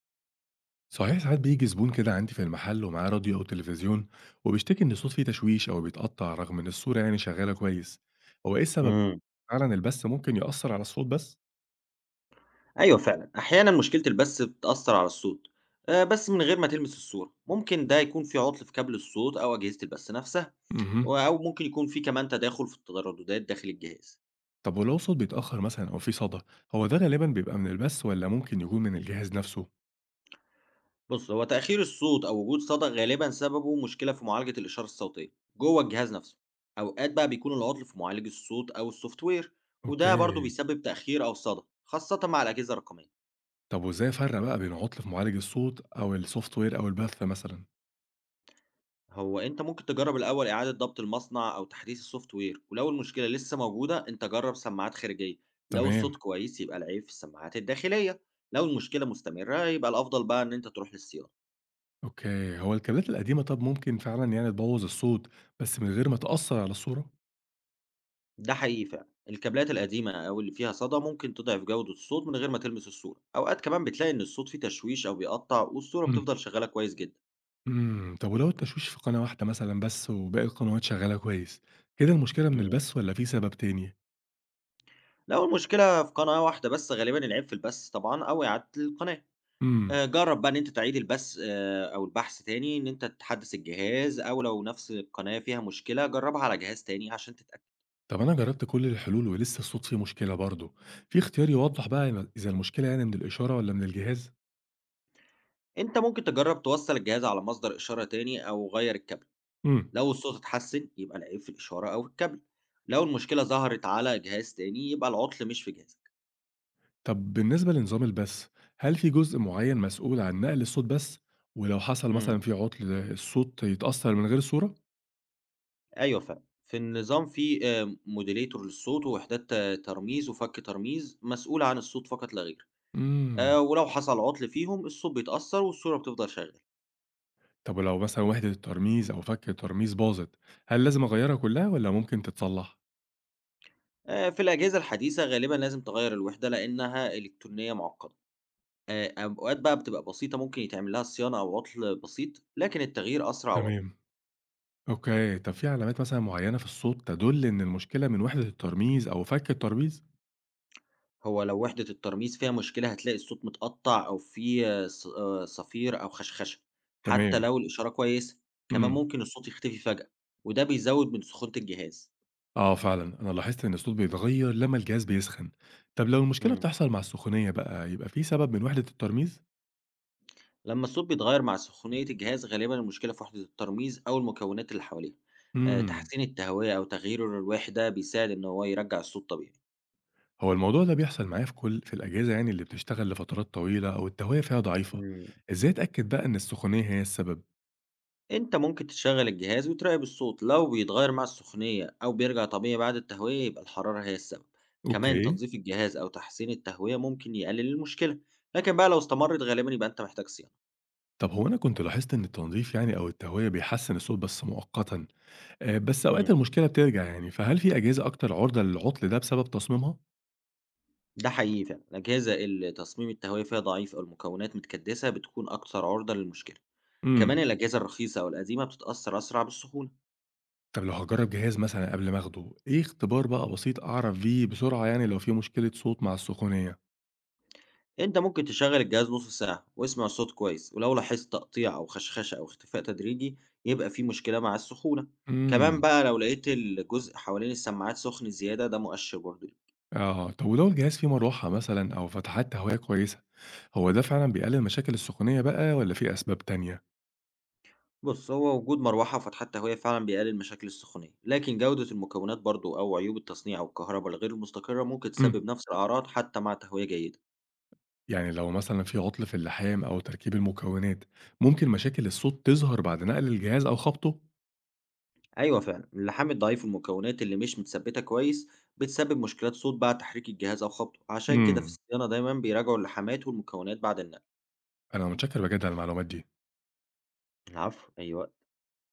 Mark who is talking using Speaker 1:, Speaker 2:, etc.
Speaker 1: صحيح ساعات بيجي زبون كده عندي في المحل ومعاه راديو أو تلفزيون، وبيشتكي إن الصوت فيه تشويش أو بيتقطع رغم إن الصورة يعني شغالة كويس. هو إيه السبب؟
Speaker 2: إمم،
Speaker 1: فعلا البث ممكن يأثر على الصوت بس؟
Speaker 2: أيوه فعلًا، أحيانًا مشكلة البث بتأثّر على الصوت، بس من غير ما تلمس الصورة، ممكن ده يكون في عُطل في كابل الصوت أو أجهزة البث نفسها،
Speaker 1: اها.
Speaker 2: أو ممكن يكون في كمان تداخل في الترددات داخل الجهاز.
Speaker 1: طب ولو الصوت بيتأخر مثلا أو فيه صدى، هو ده غالبا بيبقى من البث ولا ممكن يكون من الجهاز نفسه؟
Speaker 2: بُص، هو تأخير الصوت أو وجود صدى غالبًا سببه مشكلة في معالجة الإشارة الصوتية جوّه الجهاز نفسه، أوقات بقى بيكون العُطل في معالج الصوت أو الSoftware وده برضه
Speaker 1: أوكي.
Speaker 2: بيسبب تأخير أو صدى، خاصةً مع الأجهزة الرقمية.
Speaker 1: طب وإزاي أفرق بقى بين عطل في معالج الصوت أو السوفت وير أو البث مثلا؟
Speaker 2: هو أنت ممكن تجرّب الأول إعادة ضبط المصنع أو تحديث السوفت وير، ولو المشكلة لسه موجودة أنت جرّب سماعات خارجية، لو الصوت
Speaker 1: تمام.
Speaker 2: كويس يبقى العيب في السماعات الداخلية، لو المشكلة مستمرة يبقى الأفضل بقى إن أنت تروح للصيانة.
Speaker 1: أوكي، هو الكابلات القديمة طب ممكن فعلا يعني تبوظ الصوت بس من غير ما تأثر على الصورة؟
Speaker 2: ده حقيقي فعلًا، الكابلات القديمة أو اللي فيها صدى ممكن تضعف جودة الصوت من غير ما تلمس الصورة، أوقات كمان بتلاقي إن الصوت فيه تشويش أو بيقطّع والصورة بتفضل شغالة كويس جدًا.
Speaker 1: طب ولو التشويش في قناة واحدة مثلًا بس وباقي القنوات شغالة كويس، كده المشكلة من
Speaker 2: امم.
Speaker 1: البث والّا في سبب تاني؟
Speaker 2: لو المشكلة في قناة واحدة بس غالبًا العيب في البث طبعًا أو إعادة القناة.
Speaker 1: إمم،
Speaker 2: جرّب بقى إن أنت تعيد البث أو البحث تاني، إن أنت تحدّث الجهاز أو لو نفس القناة فيها مشكلة، جرّبها على جهاز تاني عشان تتأكد.
Speaker 1: طب أنا جربت كل الحلول ولسه الصوت فيه مشكلة برضه، في اختيار يوضح بقى إن إذا المشكلة يعني من الإشارة والّا من الجهاز؟
Speaker 2: أنت ممكن تجرّب توصّل الجهاز على مصدر إشارة تاني أو غيّر الكابل،
Speaker 1: إمم،
Speaker 2: لو الصوت اتحسّن يبقى العيب في الإشارة أو الكابل، لو المشكلة ظهرت على جهاز تاني يبقى العُطل مش في جهازك.
Speaker 1: طب بالنسبة لنظام البث، هل في جزء معين مسؤول عن نقل الصوت بس؟ ولو حصل مثلًا
Speaker 2: إمم.
Speaker 1: في عُطل الصوت يتأثر من غير صورة؟
Speaker 2: أيوه فعلًا، في النظام في modulator للصوت ووحدات ترميز وفَك ترميز مسؤولة عن الصوت فقط لا غير،
Speaker 1: إمم،
Speaker 2: ولو حصل عُطل فيهم الصوت بيتأثّر والصورة بتفضل شغالة.
Speaker 1: طب ولو مثلًا وحدة الترميز أو فك الترميز باظت، هل لازم أغيّرها كلها والّا ممكن تتصلح؟
Speaker 2: في الأجهزة الحديثة غالبًا لازم تغيّر الوحدة لإنها إلكترونية معقدة، أوقات بقى بتبقى بسيطة ممكن يتعمل لها صيانة أو عطل بسيط، لكن التغيير أسرع وأضمن.
Speaker 1: تمام. أوكي، طب في علامات مثلًا معيّنة في الصوت تدُل إن المشكلة من وحدة الترميز أو فَك الترميز؟
Speaker 2: هو لو وحدة الترميز فيها مشكلة هتلاقي الصوت متقطع أو في ص صفير أو خشخشة، حتى
Speaker 1: تمام.
Speaker 2: لو الإشارة كويسة، كمان
Speaker 1: إمم.
Speaker 2: ممكن الصوت يختفي فجأة، وده بيزود من سخونة الجهاز.
Speaker 1: آه فعلًا، أنا لاحظت إن الصوت بيتغيّر لمّا الجهاز بيسخن. طب لو المشكلة
Speaker 2: إمم.
Speaker 1: بتحصل مع السخونية بقى، يبقى في سبب من وحدة الترميز؟
Speaker 2: لما الصوت بيتغير مع سخونية الجهاز غالبا المشكلة في وحدة الترميز أو المكونات اللي حواليها. آه،
Speaker 1: إمم،
Speaker 2: تحسين التهوية أو تغيير الرواح ده بيساعد إن هو يرجع الصوت طبيعي.
Speaker 1: هو الموضوع ده بيحصل معايا في كل الأجهزة يعني اللي بتشتغل لفترات طويلة أو التهوية فيها ضعيفة.
Speaker 2: مم.
Speaker 1: إزاي أتأكد بقى إن السخونية هي السبب؟
Speaker 2: أنت ممكن تشغل الجهاز وتراقب الصوت لو بيتغير مع السخونية أو بيرجع طبيعي بعد التهوية يبقى الحرارة هي السبب. كمان
Speaker 1: أوكي.
Speaker 2: تنظيف الجهاز أو تحسين التهوية ممكن يقلل المشكلة، لكن بقى لو استمرت غالبا يبقى أنت محتاج صيانة.
Speaker 1: طب هو أنا كنت لاحظت إن التنضيف يعني أو التهوية بيحسّن الصوت بس مؤقتًا، بس أوقات
Speaker 2: مم.
Speaker 1: المشكلة بترجع يعني، فهل في أجهزة أكتر عُرضة للعُطل ده بسبب تصميمها؟
Speaker 2: ده حقيقي فعلا الأجهزة اللي تصميم التهوية فيها ضعيف أو المكونات متكدسة بتكون أكثر عرضة للمشكلة. كمان
Speaker 1: إمم،
Speaker 2: الأجهزة الرخيصة أو القديمة بتتأثر أسرع بالسخونة.
Speaker 1: طب لو هاجرّب جهاز مثلًا قبل ما آخده، إيه اختبار بقى بسيط أعرف بيه بسرعة يعني لو في مشكلة صوت مع السخونية؟
Speaker 2: أنت ممكن تشغل الجهاز نص ساعة واسمع الصوت كويس ولو لاحظت تقطيع أو خشخشة أو اختفاء تدريجي يبقى في مشكلة مع السخونة. كمان
Speaker 1: إمم،
Speaker 2: بقى لو لقيت الجزء حوالين السماعات سخن زيادة ده مؤشر برضه.
Speaker 1: آه، طب ولو الجهاز فيه مروحة مثلًا أو فتحات تهوية كويسة، هو ده فعلًا بيقلل مشاكل السخونية بقى والّا في أسباب تانية؟
Speaker 2: بص هو وجود مروحة وفتحات تهوية فعلا بيقلل مشاكل السخونية، لكن جودة المكونات برضه أو عيوب التصنيع أو الكهرباء الغير المستقرة ممكن
Speaker 1: إمم،
Speaker 2: تسبب نفس الأعراض حتى مع تهوية جيدة.
Speaker 1: يعني لو مثلًا في عُطل في اللحام أو تركيب المكونات، ممكن مشاكل الصوت تظهر بعد نقل الجهاز أو خبطه؟
Speaker 2: أيوة فعلا اللحام الضعيف والمكونات اللي مش متثبتة كويس بتسبب مشكلات صوت بعد تحريك الجهاز أو خبطه، عشان كده في
Speaker 1: إمم،
Speaker 2: الصيانة دايما بيراجعوا اللحامات والمكونات بعد النقل.
Speaker 1: أنا متشكر بجد على المعلومات دي.
Speaker 2: العفو أيوة.